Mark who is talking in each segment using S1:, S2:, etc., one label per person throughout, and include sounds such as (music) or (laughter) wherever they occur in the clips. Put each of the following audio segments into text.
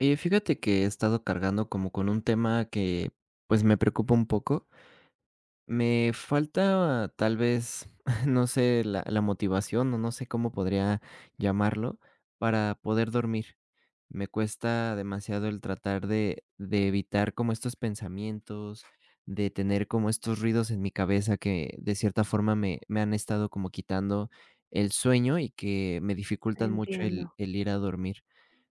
S1: Oye, fíjate que he estado cargando como con un tema que, pues, me preocupa un poco. Me falta tal vez, (laughs) no sé, la motivación, o no sé cómo podría llamarlo, para poder dormir. Me cuesta demasiado el tratar de evitar como estos pensamientos, de tener como estos ruidos en mi cabeza que de cierta forma me han estado como quitando el sueño y que me dificultan mucho
S2: Entiendo.
S1: el ir a dormir.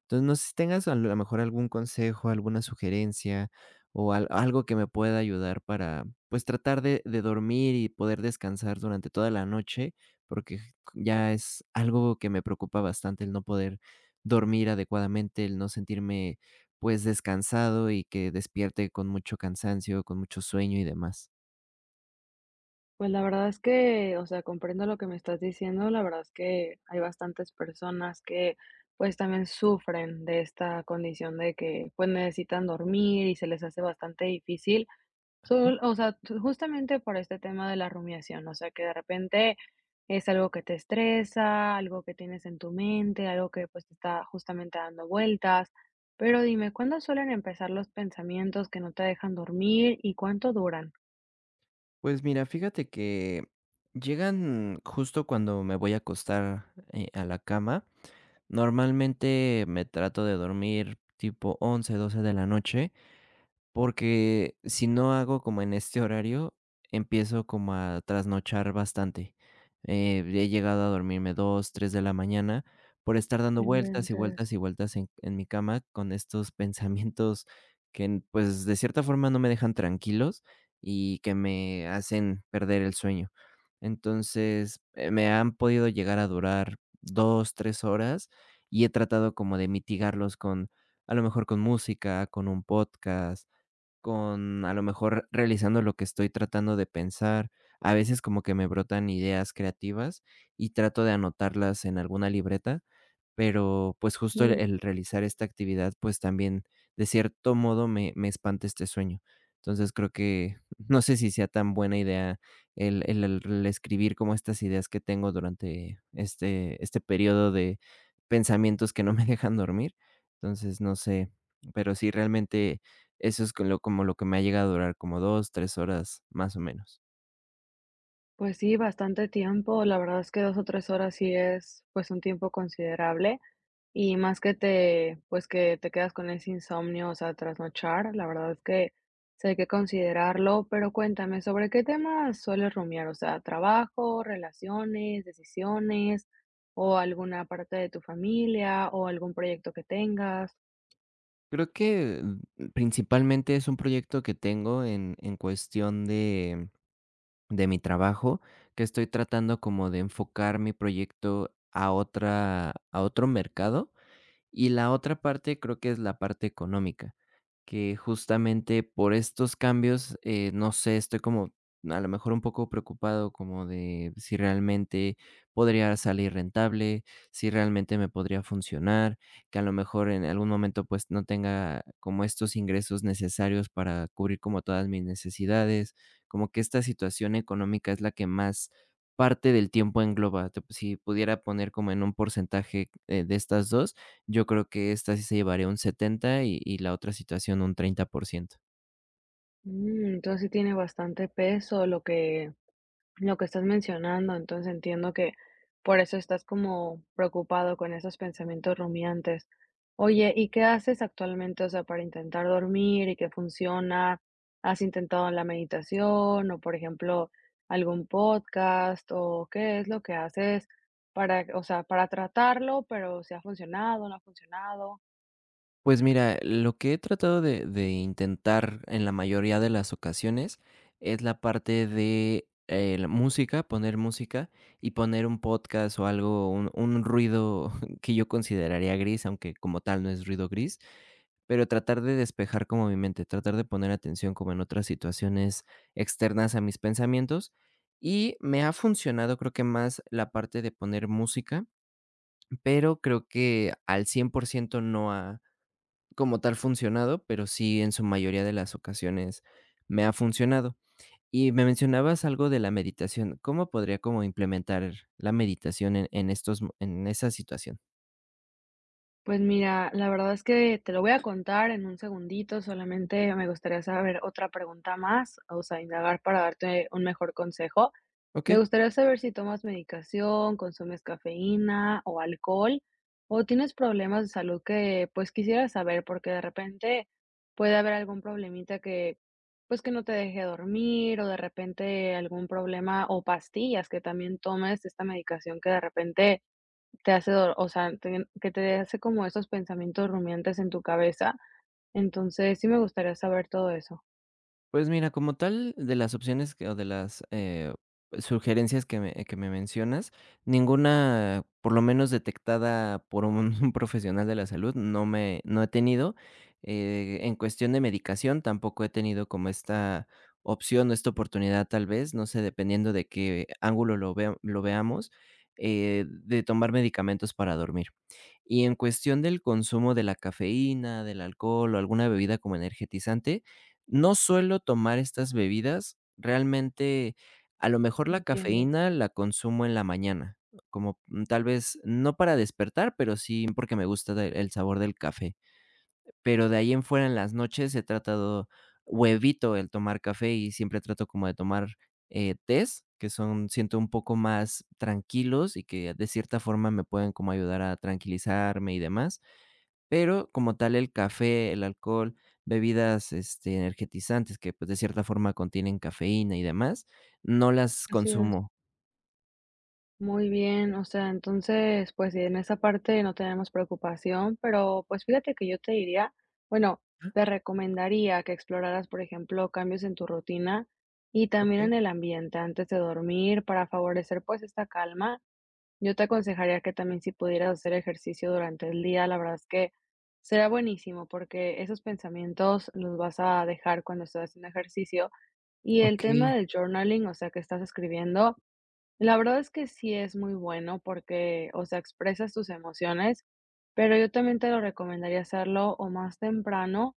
S1: Entonces, no sé si tengas a lo mejor algún consejo, alguna sugerencia o al algo que me pueda ayudar para, pues, tratar de dormir y poder descansar durante toda la noche, porque ya es algo que me preocupa bastante el no poder dormir adecuadamente, el no sentirme, pues, descansado y que despierte con mucho cansancio, con mucho sueño y demás.
S2: Pues la verdad es que, o sea, comprendo lo que me estás diciendo. La verdad es que hay bastantes personas que pues también sufren de esta condición de que pues necesitan dormir y se les hace bastante difícil. Justamente por este tema de la rumiación, o sea, que de repente es algo que te estresa, algo que tienes en tu mente, algo que pues te está justamente dando vueltas. Pero dime, ¿cuándo suelen empezar los pensamientos que no te dejan dormir y cuánto duran?
S1: Pues mira, fíjate que llegan justo cuando me voy a acostar, a la cama. Normalmente me trato de dormir tipo 11, 12 de la noche, porque si no hago como en este horario, empiezo como a trasnochar bastante. He llegado a dormirme 2, 3 de la mañana por estar dando
S2: No
S1: vueltas y
S2: inventes.
S1: vueltas y vueltas en mi cama con estos (laughs) pensamientos que, pues, de cierta forma no me dejan tranquilos y que me hacen perder el sueño. Entonces, me han podido llegar a durar 2, 3 horas y he tratado como de mitigarlos con, a lo mejor, con música, con un podcast, con a lo mejor realizando lo que estoy tratando de pensar. A veces como que me brotan ideas creativas y trato de anotarlas en alguna libreta, pero pues justo
S2: Muy
S1: el
S2: bien.
S1: el realizar esta actividad, pues también de cierto modo me espanta este sueño. Entonces creo que (laughs) no sé si sea tan buena idea el escribir como estas ideas que tengo durante este periodo de pensamientos que no me (laughs) dejan dormir. Entonces no sé, pero sí realmente eso es con lo como lo que me ha llegado a durar, como 2, 3 horas, más o menos.
S2: Pues sí, bastante tiempo. La verdad es que 2 o 3 horas sí es, pues, un tiempo considerable, y más que te pues, que te quedas con ese insomnio, o sea, trasnochar. La verdad es que sí hay que considerarlo, pero cuéntame, ¿sobre qué temas sueles rumiar? O sea, ¿trabajo, relaciones, decisiones, o alguna parte de tu familia, o algún proyecto que tengas?
S1: Creo que, principalmente, es un proyecto que tengo en cuestión de mi trabajo, que estoy tratando como de enfocar mi proyecto a otro mercado. Y la otra parte creo que es la parte económica, que justamente por estos cambios, no sé, estoy como a lo mejor un poco preocupado como de si realmente podría salir rentable, si realmente me podría funcionar, que a lo mejor en algún momento pues no tenga como estos ingresos necesarios para cubrir como todas mis necesidades, como que esta situación económica es la que más parte del tiempo engloba. Si pudiera poner como en un porcentaje de estas dos, yo creo que esta sí se llevaría un 70 y la otra situación un 30%.
S2: Mm, entonces sí tiene bastante peso lo que estás mencionando, entonces entiendo que por eso estás como preocupado con esos pensamientos rumiantes. Oye, ¿y qué haces actualmente, o sea, para intentar dormir y que funciona? ¿Has intentado la meditación o, por ejemplo, algún podcast o qué es lo que haces para, o sea, para tratarlo, pero si ha funcionado, no ha funcionado?
S1: Pues mira, lo que he tratado de intentar en la mayoría de las ocasiones es la parte de, la música, poner música y poner un podcast o algo, un ruido (laughs) que yo consideraría gris, aunque como tal no es ruido gris, pero tratar de despejar como mi mente, tratar de poner atención como en otras situaciones externas a mis pensamientos, y me ha funcionado, creo que más la parte de poner música, pero creo que al 100% no ha como tal funcionado, pero sí en su mayoría de las ocasiones me ha funcionado. Y me mencionabas algo de la meditación. ¿Cómo podría como implementar la meditación en en esa situación?
S2: Pues mira, la verdad es que te lo voy a contar en un segundito, solamente me gustaría saber otra pregunta más, o sea, indagar para darte un mejor consejo.
S1: Ok.
S2: Me gustaría saber si tomas medicación, consumes cafeína o alcohol, o tienes problemas de salud que pues quisiera saber, porque de repente puede haber algún problemita que pues que no te deje dormir, o de repente algún problema, o pastillas que también tomes esta medicación que de repente te hace do o sea, te que te hace como esos pensamientos rumiantes en tu cabeza. Entonces, sí me gustaría saber todo eso.
S1: Pues mira, como tal, de las opciones que o de las, sugerencias que me mencionas, ninguna, por lo menos detectada por un (laughs) profesional de la salud, no he tenido. En cuestión de medicación, tampoco he tenido como esta opción o esta oportunidad, tal vez, no sé, dependiendo de qué ángulo lo veamos, de tomar medicamentos para dormir. Y en cuestión del consumo de la cafeína, del alcohol o alguna bebida como energetizante. No suelo tomar estas bebidas, realmente, a lo mejor la
S2: Entiendo.
S1: cafeína la consumo en la mañana, como, tal vez, no para despertar, pero sí porque me gusta de el sabor del café, pero de ahí en fuera, en las noches he tratado o evito el tomar café y siempre trato como de tomar, tés, que son siento un poco más tranquilos y que de cierta forma me pueden como ayudar a tranquilizarme y demás. Pero como tal el café, el alcohol, bebidas, energizantes que, pues, de cierta forma contienen cafeína y demás, no las
S2: Así es.
S1: consumo.
S2: Muy bien, o sea, entonces, pues, sí, en esa parte no tenemos preocupación, pero, pues, fíjate que yo te diría, bueno, te recomendaría que exploraras, por ejemplo, cambios en tu rutina y también
S1: Okey.
S2: en el ambiente antes de dormir para favorecer, pues, esta calma. Yo te aconsejaría que también si pudieras hacer ejercicio durante el día, la verdad es que será buenísimo, porque esos pensamientos los vas a dejar cuando estás haciendo ejercicio. Y el tema
S1: Okey,
S2: del journaling, o sea, que estás escribiendo, la verdad es que sí es muy bueno porque, o sea, expresas tus emociones, pero yo también te lo recomendaría hacerlo o más temprano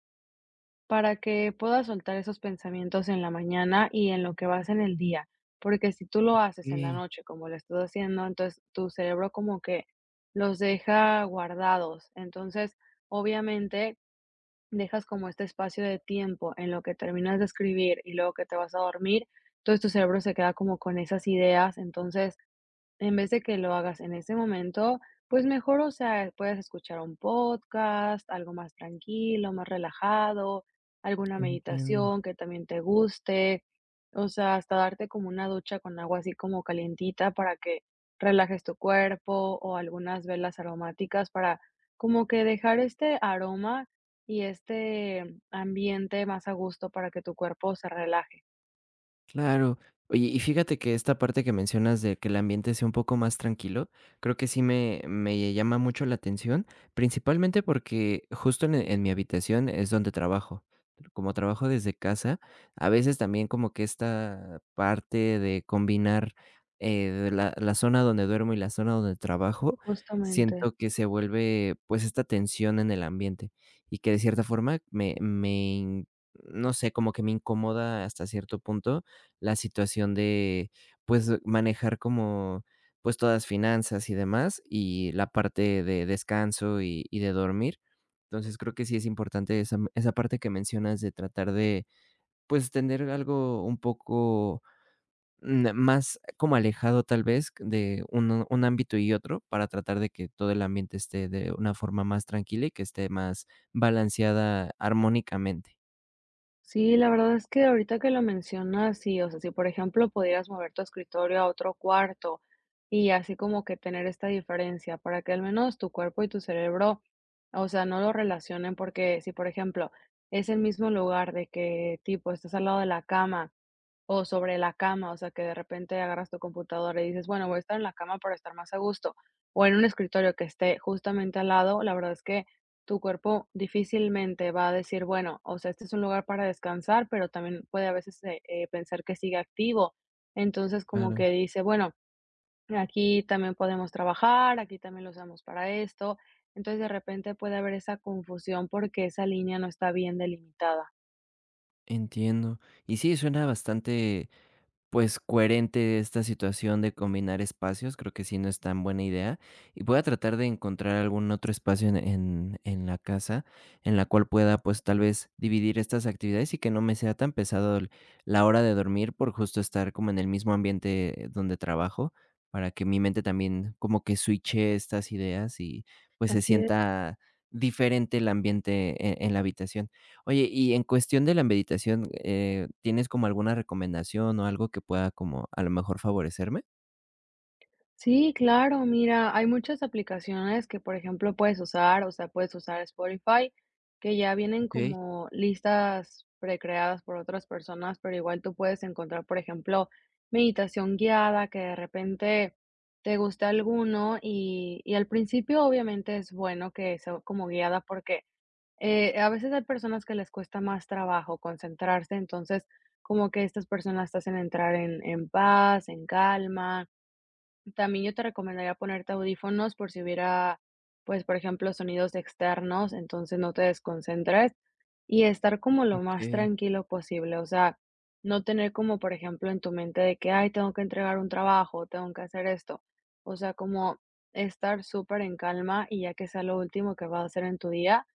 S2: para que puedas soltar esos pensamientos en la mañana y en lo que vas en el día, porque si tú lo haces en la
S1: okey,
S2: noche como lo estás haciendo, entonces tu cerebro como que los deja guardados, entonces obviamente dejas como este espacio de tiempo en lo que terminas de escribir y luego que te vas a dormir, entonces tu cerebro se queda como con esas ideas, entonces en vez de que lo hagas en ese momento, pues mejor, o sea, puedes escuchar un podcast, algo más tranquilo, más relajado, alguna
S1: entiendo.
S2: meditación que también te guste, o sea, hasta darte como una ducha con agua así como calientita para que relajes tu cuerpo o algunas velas aromáticas para como que dejar este aroma y este ambiente más a gusto para que tu cuerpo se relaje.
S1: Claro. Oye, y fíjate que esta parte que mencionas de que el ambiente sea un poco más tranquilo, creo que sí me llama mucho la atención, principalmente porque justo en mi habitación es donde trabajo. Como trabajo desde casa, a veces también como que esta parte de combinar de la zona donde duermo y la zona donde trabajo,
S2: Justamente.
S1: siento que se vuelve pues esta tensión en el ambiente y que de cierta forma me, in- no sé, como que me incomoda hasta cierto punto la situación de, pues, manejar como, pues, todas finanzas y demás, y la parte de descanso y de dormir. Entonces, creo que sí es importante esa parte que mencionas de tratar de, pues, tener algo un poco, más como alejado, tal vez, de un ámbito y otro, para tratar de que todo el ambiente esté de una forma más tranquila y que esté más balanceada armónicamente.
S2: Sí, la verdad es que ahorita que lo mencionas, sí, o sea, si por ejemplo pudieras mover tu escritorio a otro cuarto y así como que tener esta diferencia para que al menos tu cuerpo y tu cerebro, o sea, no lo relacionen, porque si por ejemplo es el mismo lugar de que tipo estás al lado de la cama o sobre la cama, o sea, que de repente agarras tu computadora y dices: "Bueno, voy a estar en la cama para estar más a gusto", o en un escritorio que esté justamente al lado, la verdad es que tu cuerpo difícilmente va a decir: "Bueno, o sea, este es un lugar para descansar", pero también puede a veces, pensar que sigue activo. Entonces, como
S1: Claro,
S2: que dice: "Bueno, aquí también podemos trabajar, aquí también lo usamos para esto". Entonces, de repente puede haber esa confusión porque esa línea no está bien delimitada.
S1: entiendo. Y sí, suena bastante pues, coherente esta situación de combinar espacios, creo que sí no es tan buena idea, y voy a tratar de encontrar algún otro espacio en la casa, en la cual pueda, pues, tal vez dividir estas actividades y que no me sea tan pesado el la hora de dormir por justo estar como en el mismo ambiente donde trabajo, para que mi mente también como que switche estas ideas y, pues, se
S2: Así es.
S1: sienta diferente el ambiente en la habitación. Oye, y en cuestión de la meditación, ¿tienes como alguna recomendación o algo que pueda como a lo mejor favorecerme?
S2: Sí, claro, mira, hay muchas aplicaciones que, por ejemplo, puedes usar, o sea, puedes usar Spotify, que ya vienen
S1: Okey,
S2: como listas precreadas por otras personas, pero igual tú puedes encontrar, por ejemplo, meditación guiada, que de repente te gusta alguno y al principio obviamente es bueno que sea como guiada porque a veces hay personas que les cuesta más trabajo concentrarse, entonces como que estas personas te hacen entrar en paz, en calma. También yo te recomendaría ponerte audífonos por si hubiera, pues, por ejemplo, sonidos externos, entonces no te desconcentres y estar como lo más
S1: okey.
S2: tranquilo posible, o sea, no tener como, por ejemplo, en tu mente de que, ay, tengo que entregar un trabajo, tengo que hacer esto, o sea, como estar súper en calma y ya que sea lo último que vas a hacer en tu día,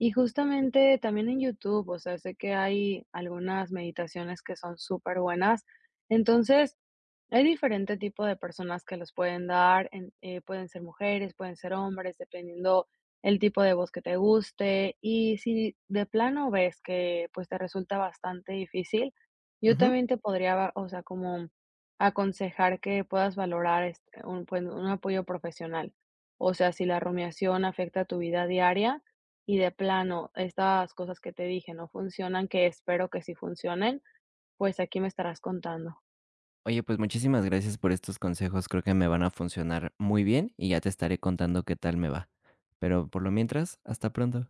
S2: y justamente también en YouTube, o sea, sé que hay algunas meditaciones que son súper buenas. Entonces, hay diferente tipo de personas que los pueden dar, pueden ser mujeres, pueden ser hombres, dependiendo el tipo de voz que te guste. Y si de plano ves que pues te resulta bastante difícil, yo
S1: Ujú.
S2: también te podría, o sea, como aconsejar que puedas valorar un, pues, un apoyo profesional. O sea, si la rumiación afecta tu vida diaria y de plano estas cosas que te dije no funcionan, que espero que sí funcionen, pues aquí me estarás contando.
S1: Oye, pues muchísimas gracias por estos consejos, creo que me van a funcionar muy bien y ya te estaré contando qué tal me va. Pero por lo mientras, hasta pronto.